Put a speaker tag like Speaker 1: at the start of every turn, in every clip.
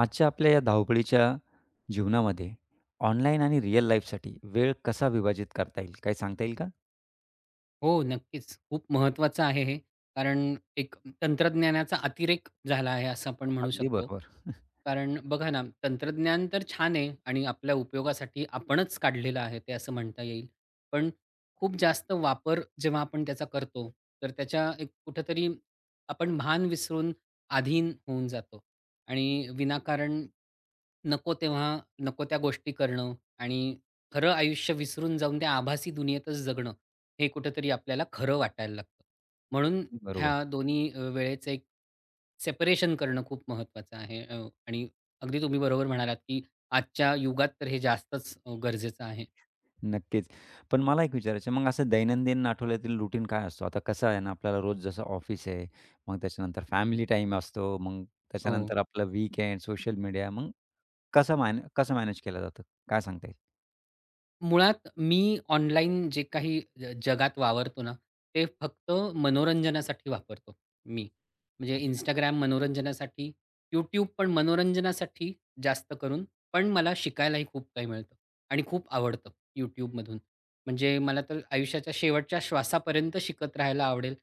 Speaker 1: आजच्या आपल्या या धावपळीच्या जीवनामध्ये ऑनलाईन आणि रिअल लाईफसाठी वेळ कसा विभाजित करता येईल काही सांगता येईल का?
Speaker 2: हो, नक्कीच. खूप महत्त्वाचं आहे हे. कारण एक तंत्रज्ञानाचा अतिरेक झाला आहे असं आपण म्हणू
Speaker 1: अगदी
Speaker 2: शकतो.
Speaker 1: बरोबर.
Speaker 2: कारण बघा ना, तंत्रज्ञान तर छान आहे आणि आपल्या उपयोगासाठी आपणच काढलेलं आहे ते असं म्हणता येईल. पण खूप जास्त वापर जेव्हा आपण त्याचा करतो, तर त्याच्या एक कुठेतरी आपण भान विसरून अधीन होऊन जातो आणि विनाकारण नको तेव्हा नको त्या गोष्टी करणं आणि खरं आयुष्य विसरून जाऊन त्या आभासी दुनियेतच जगणं हे कुठेतरी आपल्याला खरं वाटायला लागतं. म्हणून
Speaker 1: अगदी
Speaker 2: ह्या
Speaker 1: बरोबर.
Speaker 2: दोन्ही वेळेचं एक सेपरेशन करणं खूप महत्त्वाचं आहे आणि अगदी तुम्ही बरोबर म्हणालात, की आजच्या युगात तर हे जास्तच गरजेचं आहे.
Speaker 1: नक्कीच. पण मला एक विचारायचं आहे, मग असं दैनंदिन आठवड्यातील रुटीन काय असतो? आता कसं आहे ना, आपल्याला रोज जसं ऑफिस आहे, मग त्याच्यानंतर फॅमिली टाईम असतो, मग
Speaker 2: हो.
Speaker 1: त्याच्यानंतर आपलं वीकेंड, सोशल मीडिया, मग कसं मॅनेज केलं जातं? काय सांगता येईल?
Speaker 2: मुळात मी ऑनलाईन जे काही जगात वावरतो ना, ते फक्त मनोरंजनासाठी वापरतो मी. म्हणजे
Speaker 1: अच्छा.
Speaker 2: Instagram मनोरंजनासाठी, YouTube पण मनोरंजनासाठी जास्त करून, पण मला शिकायलाही खूप काही मिळतं आणि खूप आवडतं YouTubeमधून. म्हणजे मला तर आयुष्याच्या शेवटच्या श्वासापर्यंत शिकत राहायला आवडेल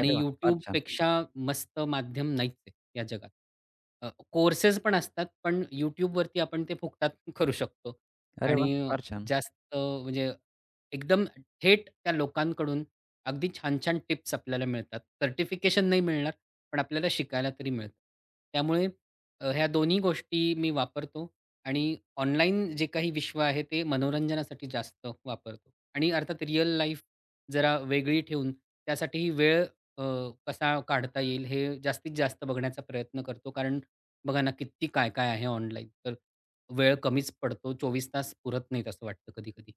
Speaker 1: अरे वाह! फार छान.
Speaker 2: YouTubeपेक्षा मस्त माध्यम नाहीच आहे या जगात. कोर्सेस पण असतात, पण YouTubeवरती आपण ते फुकटात करू शकतो
Speaker 1: अरे वाह!
Speaker 2: आणि
Speaker 1: फार छान.
Speaker 2: जास्त म्हणजे एकदम थेट त्या लोकांकडून अगदी छान-छान टिप्स आपल्याला मिळतात. सर्टिफिकेशन नाही मिळणार, पण आपल्याला शिकायला तरी मिळतं. त्यामुळे ह्या दोन्ही गोष्टी मी वापरतो आणि ऑनलाईन जे काही विश्व आहे ते मनोरंजनासाठी जास्त वापरतो आणि अर्थात रिअल लाईफ जरा वेगळी ठेवून त्यासाठीही वेळ अ, कसा काढता येईल हे जास्तीत जास्त बघण्याचा प्रयत्न करतो. कारण बघा ना, किती काय-काय आहे ऑनलाईन तर वेळ कमीच पडतो. 24 तास पुरत नाहीत असं वाटतं कधी-कधी.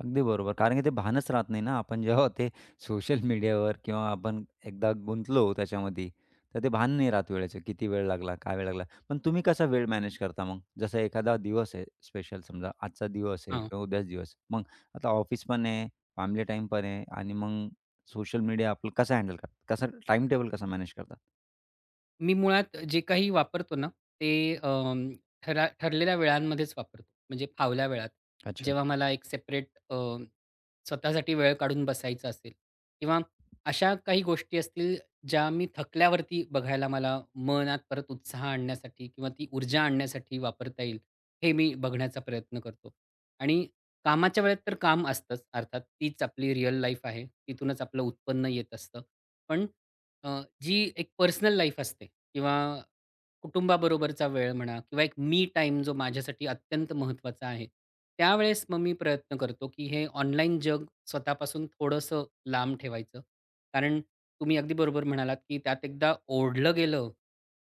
Speaker 1: अगदी बरोबर. कारण की ते भानच राहत नाही ना, आपण जेव्हा ते सोशल मीडियावर किंवा आपण एकदा गुंतलो त्याच्यामध्ये, तर ते भान नाही राहत वेळेचं. किती वेळ लागला, काय वेळ लागला. पण तुम्ही कसा वेळ मॅनेज करता मग? जसा एखादा दिवस आहे स्पेशल समजा आजचा दिवस आहे
Speaker 2: हां,
Speaker 1: किंवा उद्याचा दिवस. मग आता ऑफिस पण आहे, फॅमिली टाईम पण आहे आणि मग सोशल मीडिया आपलं कसं हँडल करतात? कसं टाईम टेबल कसा मॅनेज करतात?
Speaker 2: मी मुळात जे काही वापरतो ना, ते ठरलेल्या वेळांमध्येच वापरतो. म्हणजे फावल्या वेळात.
Speaker 1: अच्छा.
Speaker 2: जेव्हा मला एक सेपरेट स्वतःसाठी वेळ काढून बसायचं असेल किंवा अशा काही गोष्टी असतील, ज्या मी थकल्यावरती बघायला मला मनात परत उत्साह आणण्यासाठी किंवा ती ऊर्जा आणण्यासाठी वापरता येईल, हे मी बघण्याचा प्रयत्न करतो. आणि कामाच्या वेळेत तर काम असतंच. अर्थात तीच आपली रिअल लाईफ आहे. तिथूनच आपलं उत्पन्न येत असतं. पण जी एक पर्सनल लाईफ असते, किंवा कुटुंबाबरोबरचा वेळ म्हणा किंवा एक मी टाईम जो माझ्यासाठी अत्यंत महत्त्वाचा आहे. त्यावेळेस मग मी प्रयत्न करतो, की हे ऑनलाईन जग स्वतःपासून थोडंसं लांब ठेवायचं. कारण तुम्ही अगदी बरोबर म्हणालात, की त्यात एकदा ओढलं गेलं,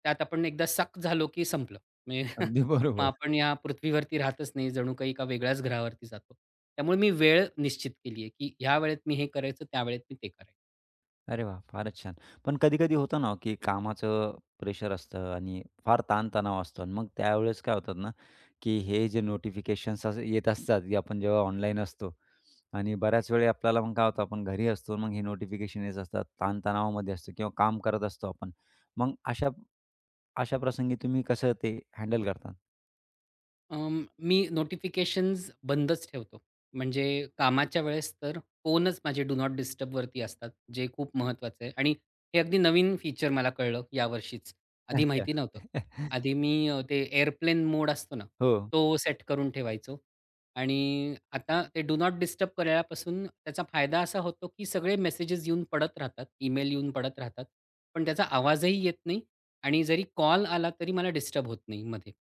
Speaker 2: त्यात आपण एकदा सक झालो, की संपलं. म्हणजे
Speaker 1: अगदी
Speaker 2: मग
Speaker 1: बरोबर.
Speaker 2: आपण या पृथ्वीवरती राहतच नाही, जणू काही एका वेगळ्याच ग्रहावरती जातो. त्यामुळे मी वेळ निश्चित केली आहे, की ह्या वेळेत मी हे करायचं, त्या वेळेत मी ते करायचं.
Speaker 1: अरे वाह! फारच छान. पण कधी-कधी होतं ना, की कामाचं प्रेशर असतं आणि फार ताणतणाव असतो आणि मग त्यावेळेस काय होतात ना, की हे जे नोटिफिकेशन्स येत असतात, की आपण जेव्हा ऑनलाईन असतो आणि बऱ्याच वेळी आपल्याला मग काय होतं, आपण घरी असतो मग हे नोटिफिकेशन येत असतात, ताणतणावामध्ये असतो किंवा काम करत असतो आपण. मग अशा अशा प्रसंगी तुम्ही कसं ते हँडल करता?
Speaker 2: मी नोटिफिकेशन्स बंदच ठेवतो. म्हणजे कामाच्या वेळेस तर फोनच माझे डू नॉट डिस्टर्बवरती असतात, जे खूप महत्त्वाचं आहे आणि हे अगदी नवीन फीचर मला कळलं यावर्षीच. आधी
Speaker 1: अच्छा.
Speaker 2: माहिती नव्हतं. आधी मी ते एअरप्लेन मोड असतो ना,
Speaker 1: हो,
Speaker 2: तो सेट करून ठेवायचो आणि आता ते डू नॉट डिस्टर्ब केल्यापासून त्याचा फायदा असा होतो, की सगळे मेसेजेस येऊन पडत राहतात, ईमेल येऊन पडत राहतात. पण त्याचा आवाजही येत नाही आणि जरी कॉल आला तरी मला डिस्टर्ब होत नाही मध्ये.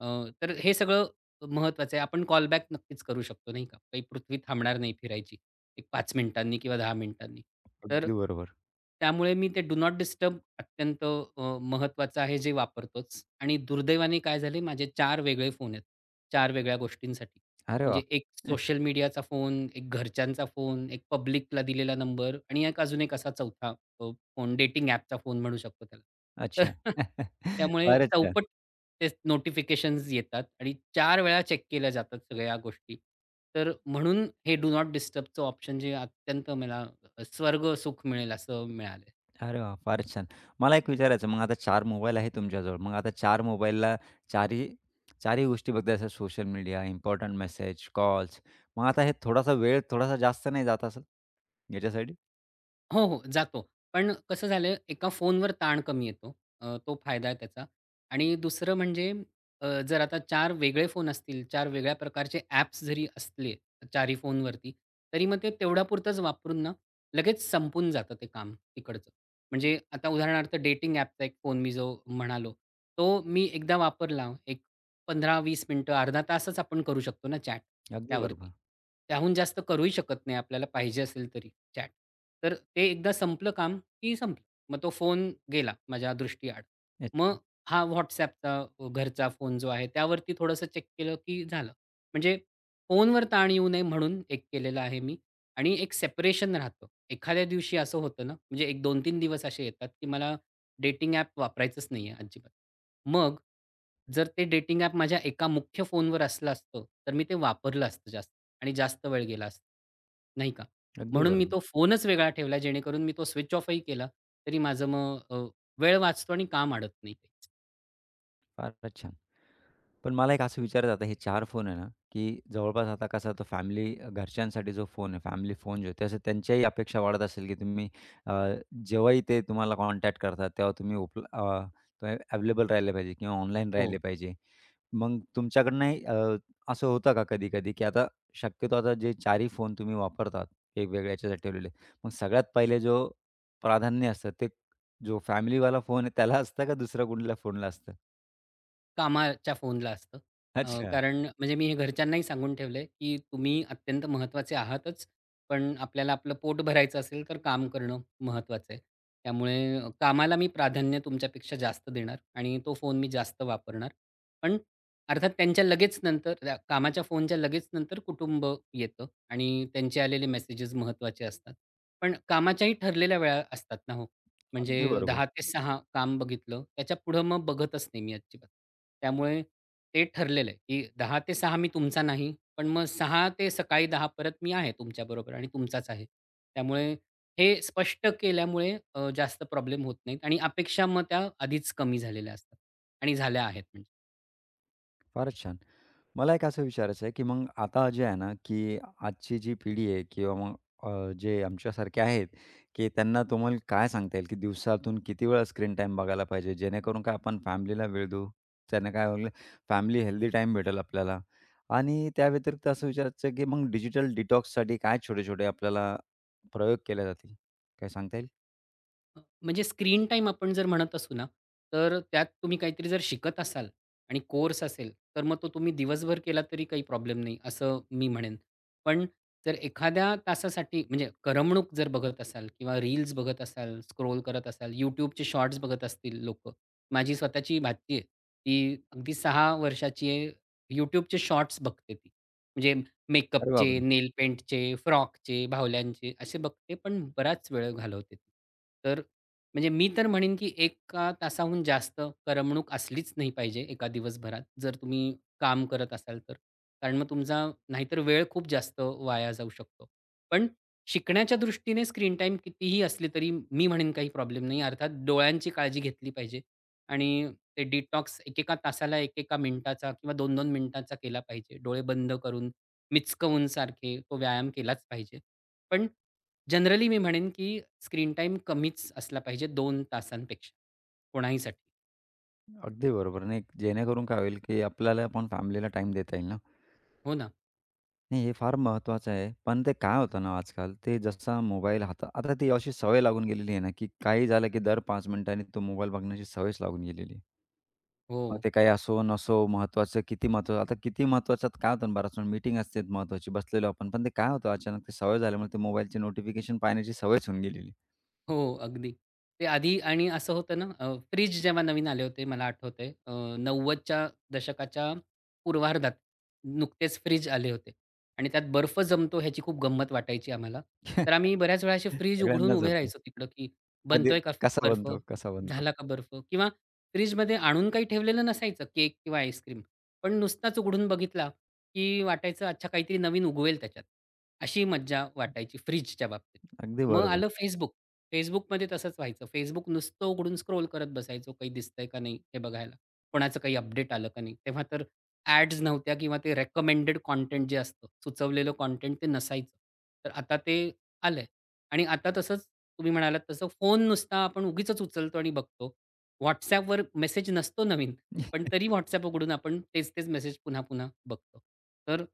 Speaker 2: अ, तर हे सगळं महत्वाचं आहे. आपण कॉल बॅक नक्कीच करू शकतो नाही का? काही पृथ्वी थांबणार नाही फिरायची. एक 5 मिनिटांनी किंवा 10 मिनिटांनी. तर
Speaker 1: अगदी बरोबर.
Speaker 2: त्यामुळे मी ते डू नॉट डिस्टर्ब अत्यंत महत्वाचं आहे जे वापरतोच. आणि दुर्दैवाने काय झाले माझे 4 वेगळे फोन आहेत. 4 वेगळ्या गोष्टींसाठी.
Speaker 1: अरे वाह!
Speaker 2: म्हणजे एक सोशल मीडियाचा फोन, एक घरच्यांचा फोन, एक पब्लिकला दिलेला नंबर आणि एक अजून एक असा चौथा फोन, डेटिंग ॲपचा फोन म्हणू शकतो त्याला. तर
Speaker 1: अच्छा.
Speaker 2: त्यामुळे
Speaker 1: फारच छान.
Speaker 2: चौपट तेच नोटिफिकेशन्स येतात आणि 4 वेळा चेक केल्या जातात सगळ्या गोष्टी. तर म्हणून हे डू नॉट डिस्टर्बचं ऑप्शन जे अत्यंत मला स्वर्ग सुख मिळेल असं मिळालंय.
Speaker 1: अरे वा फारच छान. मला एक विचारायचं मग आता 4 मोबाईल आहे तुमच्याजवळ. मग आता 4 मोबाईलला चारही चारही गोष्टी बघता जसं social media, important message, calls. मग आता हे थोडासा वेळ थोडासा जास्त नाही जात असेल याच्यासाठी?
Speaker 2: हो, हो, जातो. पण कसं झालं एका फोनवर ताण कमी येतो. तो फायदा आहे त्याचा. आणि दुसरं म्हणजे जर आता चार वेगळे फोन असतील, चार वेगळ्या प्रकारचे ॲप्स जरी असले, चारही फोनवरती, तरी मग ते तेवढ्यापुरतंच वापरून ना, लगेच संपून जातं ते काम तिकडचं. म्हणजे आता उदाहरणार्थ डेटिंग ॲपचा एक फोन मी जो म्हणालो, तो मी एकदा वापरला, एक 15-20 मिनिटं, अर्धा तासच आपण करू शकतो ना चॅट
Speaker 1: अगदी
Speaker 2: त्यावरती.
Speaker 1: बरोबर.
Speaker 2: त्याहून जास्त करूही शकत नाही आपल्याला पाहिजे असेल तरी. चॅट. तर ते एकदा संपलं काम, की संपलं. मग तो फोन गेला माझ्या दृष्टीआड. मग
Speaker 1: अच्छा.
Speaker 2: हा WhatsAppचा घरचा फोन जो आहे, त्यावरती थोडंसं चेक केलं, की झालं. म्हणजे फोनवर ताण येऊ नये म्हणून एक केलेलं आहे मी आणि एक सेपरेशन राहतं. एखाद्या दिवशी असं होतं ना, म्हणजे एक 2-3 दिवस असे येतात, की मला डेटिंग ॲप वापरायचंच नाहीये अजिबात. मग जर ते डेटिंग ॲप माझ्या एका मुख्य फोनवर असलं असतं, तर मी ते वापरलं असतं जास्त आणि जास्त वेळ गेला असता. नाही का?
Speaker 1: अगदी
Speaker 2: म्हणून मी
Speaker 1: बरोबर.
Speaker 2: तो फोनच वेगळा ठेवला जेणेकरून मी तो स्विच ऑफही केला, तरी माझं मग वेळ वाचतो आणि काम अडत नाही.
Speaker 1: फारच छान. पण मला एक असं विचारायचं आता हे 4 फोन आहे ना, की जवळपास आता कसं तो फॅमिली घरच्यांसाठी जो फोन आहे, फॅमिली फोन जो आहे, त्याचं त्यांच्याही अपेक्षा वाढत असेल, की तुम्ही अ, जेव्हाही ते तुम्हाला कॉन्टॅक्ट करतात, तेव्हा तुम्ही अवेलेबल राहिले पाहिजे किंवा ऑनलाईन
Speaker 2: हो.
Speaker 1: राहिले पाहिजे. मग तुमच्याकडनंही असं होतं का कधी-कधी, की आता शक्यतो आता जे 4ही फोन तुम्ही वापरतात, वेगवेगळ्या ह्याच्यासाठी ठेवलेले, मग सगळ्यात पहिले जो प्राधान्य असतं, ते जो फॅमिलीवाला फोन आहे त्याला असतं का दुसऱ्या कुठल्या फोनला असतं?
Speaker 2: कामाच्या फोनला असतं.
Speaker 1: अच्छा.
Speaker 2: कारण म्हणजे मी हे घरच्यांनाही सांगून ठेवलंय, की तुम्ही अत्यंत महत्त्वाचे आहातच, पण आपल्याला आपलं पोट भरायचं असेल तर काम करणं महत्त्वाचं आहे. त्यामुळे कामाला मी प्राधान्य तुमच्यापेक्षा जास्त देणार आणि तो फोन मी जास्त वापरणार. पण अर्थात त्यांच्या लगेच नंतर त्या कामाच्या फोनच्या लगेच नंतर कुटुंब येतं आणि त्यांचे आलेले मेसेजेस महत्त्वाचे असतात. पण कामाच्याही ठरलेल्या वेळा असतात ना हो.
Speaker 1: अगदी
Speaker 2: म्हणजे
Speaker 1: बरोबर.
Speaker 2: 10 ते 6 काम बघितलं. त्याच्यापुढं मग बघतच नाही मी अजिबात. त्यामुळे ते ठरलेलं आहे, की 10 ते 6 मी तुमचा नाही, पण मग 6 ते सकाळी 10 परत मी आहे तुमच्याबरोबर आणि तुमचाच आहे. त्यामुळे हे स्पष्ट केल्यामुळे जास्त प्रॉब्लेम होत नाहीत आणि अपेक्षा मग त्या आधीच कमी झालेल्या असतात आणि झाल्या आहेत म्हणजे.
Speaker 1: फारच छान. मला एक असं विचारायचं आहे, की मग आता जे आहे ना, की आजची जी पिढी आहे किंवा मग जे आमच्यासारखे आहेत, की त्यांना तुम्हाला काय सांगता येईल, की दिवसातून किती वेळा स्क्रीन टाईम बघायला पाहिजे? जेणेकरून काय आपण फॅमिलीला वेळ देऊ. त्याने काय होईल, फॅमिली हेल्दी टाईम भेटेल आपल्याला. आणि त्या व्यतिरिक्त असं विचारायचं आहे, की मग डिजिटल डिटॉक्ससाठी काय छोटे-छोटे आपल्याला प्रयोग केले जातील? काय सांगता येईल?
Speaker 2: म्हणजे स्क्रीन टाईम आपण जर म्हणत असू ना, तर त्यात तुम्ही काहीतरी जर शिकत असाल आणि कोर्स असेल, तर मग तो तुम्ही दिवसभर केला तरी काही प्रॉब्लेम नाही, असं मी म्हणेन. पण जर एखाद्या तासासाठी म्हणजे करमणूक जर बघत असाल किंवा रील्स बघत असाल, स्क्रोल करत असाल, YouTubeचे शॉर्ट्स बघत असतील लोकं. माझी स्वतःची भाची आहे. ती अगदी 6 वर्षाची आहे. YouTubeचे शॉर्ट्स बघते ती. म्हणजे
Speaker 1: अरे
Speaker 2: मेकअपचे,
Speaker 1: बापरे!
Speaker 2: नेल पेंटचे, फ्रॉकचे, बाहुल्यांचे असे बघते, पण बराच वेळ घालवते ती. तर म्हणजे मी तर म्हणेन, की 1 तासाहून जास्त करमणूक असलीच नाही पाहिजे एका दिवसभरात, जर तुम्ही काम करत असाल तर. कारण मग तुमचा नाहीतर वेळ खूप जास्त वाया जाऊ शकतो. पण शिकण्याच्या दृष्टीने स्क्रीन टाईम कितीही असली तरी मी म्हणेन काही प्रॉब्लेम नाही. अर्थात डोळ्यांची काळजी घेतली पाहिजे आणि ते डिटॉक्स एकेका तासाला, एकेका मिनिटाचा किंवा 2-2 मिनिटांचा केला पाहिजे. डोळे बंद करून, मिचकवून सारखे तो व्यायाम केलाच पाहिजे. पण जनरली मी म्हणेन, की स्क्रीन टाईम कमीच असला पाहिजे 2 तासांपेक्षा कोणाहीसाठी.
Speaker 1: अगदी बरोबर. नाही, जेणेकरून काय होईल, की आपल्याला पण फॅमिलीला टाईम देता येईल ना.
Speaker 2: हो ना.
Speaker 1: नाही, हे फार महत्त्वाचं आहे. पण ते काय होतं ना आजकाल, ते जसा मोबाईल हातात आता ती अशी सवय लागून गेलेली आहे ना, की काही झालं की दर 5 मिनिटांनी तो मोबाईल बघण्याची सवयच लागून गेलेली आहे. मग
Speaker 2: हो.
Speaker 1: ते काही असो, नसो, महत्त्वाचं किती महत्त्वाचं आता किती महत्त्वाचं काय होतं ना बऱ्याच वेळा मीटिंग असते महत्त्वाची, बसलेलो आपण. पण ते काय होतं अचानक ते सवय झाल्यामुळे ते मोबाईलची नोटिफिकेशन पाहण्याची सवयच होऊन गेलेली.
Speaker 2: हो, अगदी. ते आधी आणि असं होतं ना, फ्रिज जेव्हा नवीन आले होते मला आठवतंय 90च्या दशकाच्या पूर्वार्धात नुकतेच फ्रीज आले होते आणि त्यात बर्फ जमतो ह्याची खूप गंमत वाटायची आम्हाला. तर आम्ही बऱ्याच वेळा असे फ्रिज उघडून
Speaker 1: सगळ्यांनाच
Speaker 2: उभे
Speaker 1: होते.
Speaker 2: राहायचो तिकडं, की
Speaker 1: कधी
Speaker 2: बनतोय का बर्फ?
Speaker 1: कसा बनतो.
Speaker 2: झाला का बर्फ? किंवा फ्रिजमध्ये आणून काही ठेवलेलं नसायचं केक किंवा आईस्क्रीम. पण नुसताच उघडून बघितला, की वाटायचं अच्छा काहीतरी नवीन उगवेल त्याच्यात. अशी मज्जा वाटायची फ्रिजच्या बाबतीत.
Speaker 1: अगदी
Speaker 2: मग आलं
Speaker 1: बरोबर.
Speaker 2: Facebook. Facebookमध्ये तसंच व्हायचं. Facebook नुसतं उघडून स्क्रोल करत बसायचो, काही दिसतंय का नाही हे बघायला. कोणाचं काही अपडेट आलं का नाही. तेव्हा तर ॲड्स नव्हत्या किंवा ते रेकमेंडेड कंटेंट जे असतं, सुचवलेलं कंटेंट ते नसायचं. तर आता ते आलंय आणि आता तसंच तुम्ही म्हणालात तसं फोन नुसता आपण उगीचच उचलतो आणि बघतो. WhatsAppवर मेसेज नसतो नवीन, पण तरी WhatsApp उघडून आपण तेच-तेच मेसेज पुन्हा-पुन्हा बघतो. तर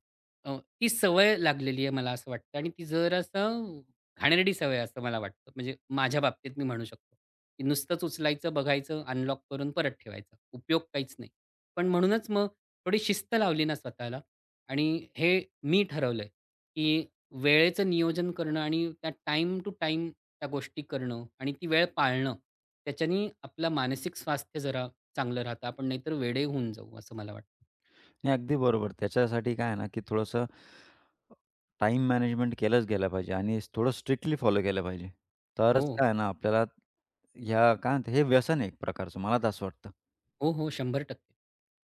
Speaker 2: ती सवय लागलेली आहे मला असं वाटतं आणि ती जरासं घाणेरडी सवय असं मला वाटतं. म्हणजे माझ्या बाबतीत मी म्हणू शकतो, की नुसतंच उचलायचं, बघायचं, अनलॉक करून परत ठेवायचा. उपयोग काहीच नाही. पण म्हणूनच मग थोडी शिस्त लावली ना स्वतःला आणि हे मी ठरवलंय, की वेळेचं नियोजन करणं आणि त्या टाईम टू टाईम त्या गोष्टी करणं आणि ती वेळ पाळणं, त्याच्यानी आपलं मानसिक स्वास्थ्य जरा चांगलं राहतं. आपण नाहीतर वेडे होऊन जाऊ असं मला वाटतं.
Speaker 1: नाही, अगदी बरोबर. त्याच्यासाठी काय आहे ना, की थोडंसं टाइम मॅनेजमेंट केलंच गेलं पाहिजे आणि थोडं स्ट्रिक्टली फॉलो केलं पाहिजे.
Speaker 2: हो.
Speaker 1: तरच काय आहे ना, आपल्याला ह्या काय म्हणतात हे व्यसन आहे एक प्रकारचं, मला तर असं वाटतं.
Speaker 2: हो, हो. 100%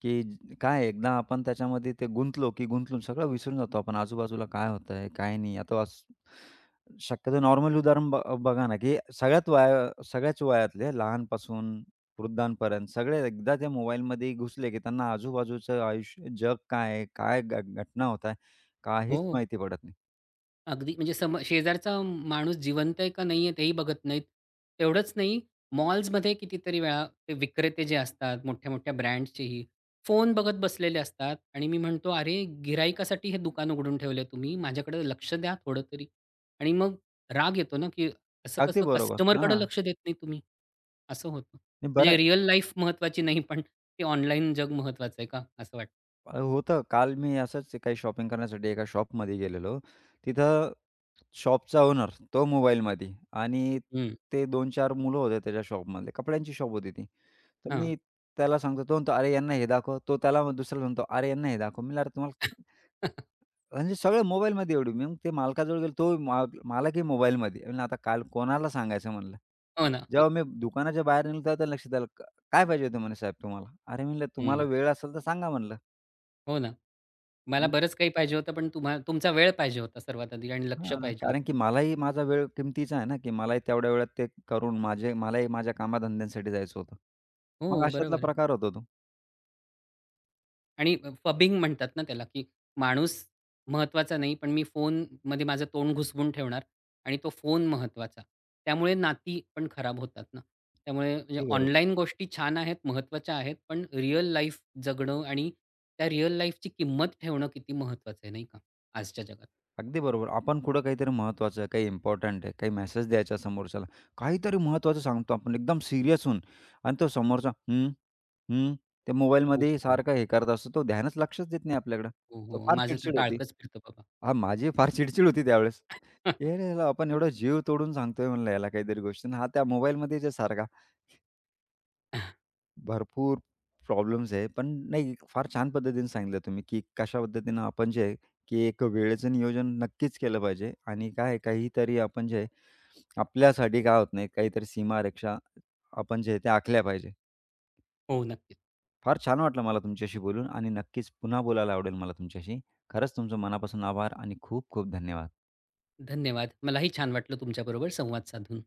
Speaker 1: की काय एकदा आपण त्याच्यामध्ये ते गुंतलो, की गुंतलून सगळं विसरून जातो आपण. आजूबाजूला काय होतंय, काय नाही. आता असं शक्यतो नॉर्मल उदाहरण बघा ना, की सगळ्यात वया सगळ्याच वयातले लहानपासून वृद्धांपर्यंत सगळे एकदा त्या मोबाईलमध्ये घुसले, की त्यांना आजूबाजूचं आयुष्य जग काय आहे, काय घटना होत आहे, काहीच
Speaker 2: हो.
Speaker 1: माहिती पडत नाही.
Speaker 2: अगदी म्हणजे शेजारचा माणूस जिवंत आहे का नाहीये तेही बघत नाहीत. तेवढंच नाही मॉल्समध्ये कितीतरी वेळा ते विक्रेते जे असतात मोठ्या-मोठ्या ब्रँड्सचेही, फोन बघत बसलेले असतात आणि मी म्हणतो, "अरे गिराईकासाठी हे दुकान उघडून ठेवलंय तुम्ही. माझ्याकडे लक्ष द्या थोडं तरी." आणि मग राग येतो ना, की असं
Speaker 1: अगदी
Speaker 2: कसं
Speaker 1: बरोबर. हां.
Speaker 2: कस्टमरकडे लक्ष देत नाही तुम्ही, असं होतं.
Speaker 1: आणि
Speaker 2: म्हणजे रिअल लाईफ महत्त्वाची नाही, पण ते ऑनलाईन जग महत्त्वाचं आहे का असं वाटतं.
Speaker 1: होतं. काल मी असंच काही शॉपिंग करण्यासाठी एका शॉपमध्ये गेलेलो. तिथं शॉपचा ओनर तो मोबाईलमध्ये आणि
Speaker 2: हं.
Speaker 1: ते 2-4 मुलं होते त्याच्या शॉपमधले. कपड्यांची शॉप होती ती. तर
Speaker 2: हां.
Speaker 1: मी त्याला सांगतो, तो म्हणतो, "अरे यांना हे दाखव." तो त्याला दुसऱ्याला म्हणतो, "अरे यांना हे दाखव." मी "अरे तुम्हाला" म्हणजे सगळं मोबाईलमध्ये एवढी. मी मग ते मालकाजवळ गेलो, तो मालकही मोबाईलमध्ये. म्हणलं, "आता काल कोणाला सांगायचं?" म्हणलं.
Speaker 2: हो ना.
Speaker 1: जेव्हा मी दुकानाच्या बाहेर निघालो तेव्हा त्याला लक्षात आलं, "काय पाहिजे होतं?" म्हणे, "साहेब तुम्हाला?" "अरे," म्हणलं, "तुम्हाला
Speaker 2: हं.
Speaker 1: वेळ असेल तर सांगा." म्हणलं.
Speaker 2: हो ना. मला बरंच काही पाहिजे होतं, पण तुमचा वेळ पाहिजे होता सर्वात आधी आणि लक्ष
Speaker 1: हां,
Speaker 2: पाहिजे होतं.
Speaker 1: कारण की मलाही माझा वेळ किमतीचा आहे ना, की मलाही तेवढ्या वेळात ते करून मलाही माझ्या कामाधंद्यांसाठी जायचं होतं. मग
Speaker 2: हो,
Speaker 1: अशातला
Speaker 2: बरोबर आहे.
Speaker 1: प्रकार होतो तो.
Speaker 2: आणि फबिंग म्हणतात ना त्याला, की माणूस महत्त्वाचा नाही, पण मी फोनमध्ये माझं तोंड घुसवून ठेवणार आणि तो फोन महत्त्वाचा. त्यामुळे नाती पण खराब होतात ना. त्यामुळे म्हणजे
Speaker 1: अगदी बरोबर.
Speaker 2: ऑनलाईन गोष्टी छान आहेत, महत्त्वाच्या आहेत, पण रिअल लाईफ जगणं आणि त्या रिअल लाईफची किंमत ठेवणं किती महत्त्वाचं आहे, नाही का? आजच्या जगात
Speaker 1: अगदी बरोबर. आपण कुठं काहीतरी महत्त्वाचं, काही इम्पोर्टंट आहे, काही मेसेज द्यायचा समोरच्याला. काहीतरी महत्त्वाचं सांगतो आपण एकदम सीरियस होऊन आणि तो समोरचा हं, हं, ते
Speaker 2: खूप
Speaker 1: मोबाईलमध्ये सारखं हे करत असतो. तो लक्षच देत नाही आपल्याकडं.
Speaker 2: हो,
Speaker 1: तो
Speaker 2: हो.
Speaker 1: फार
Speaker 2: माझं तर
Speaker 1: चिडचिड होती.
Speaker 2: टाळकंच फिरतं बाबा.
Speaker 1: हां, माझी फार चिडचिड होती त्यावेळेस. "अरे, याला आपण एवढा जीव तोडून सांगतोय," म्हणलं, "याला काहीतरी गोष्टी" आणि हा त्या मोबाईलमध्ये जे सारखा. भरपूर प्रॉब्लेम्स आहे. पण नाही फार छान पद्धतीने सांगितलं तुम्ही, की कशा पद्धतीनं आपण जे आहे, की एक वेळेचं नियोजन नक्कीच केलं पाहिजे आणि काय आहे काहीतरी आपण जे आहे, आपल्यासाठी काय होत नाही, काहीतरी सीमारेषा आपण जे आहे, त्या आखल्या पाहिजे.
Speaker 2: हो, नक्की.
Speaker 1: फार छान वाटलं मला तुमच्याशी बोलून आणि नक्कीच पुन्हा बोलायला आवडेल मला तुमच्याशी. खरंच तुमचं मनापासून आभार आणि खूप खूप धन्यवाद.
Speaker 2: धन्यवाद. मलाही छान वाटलं तुमच्याबरोबर संवाद साधून.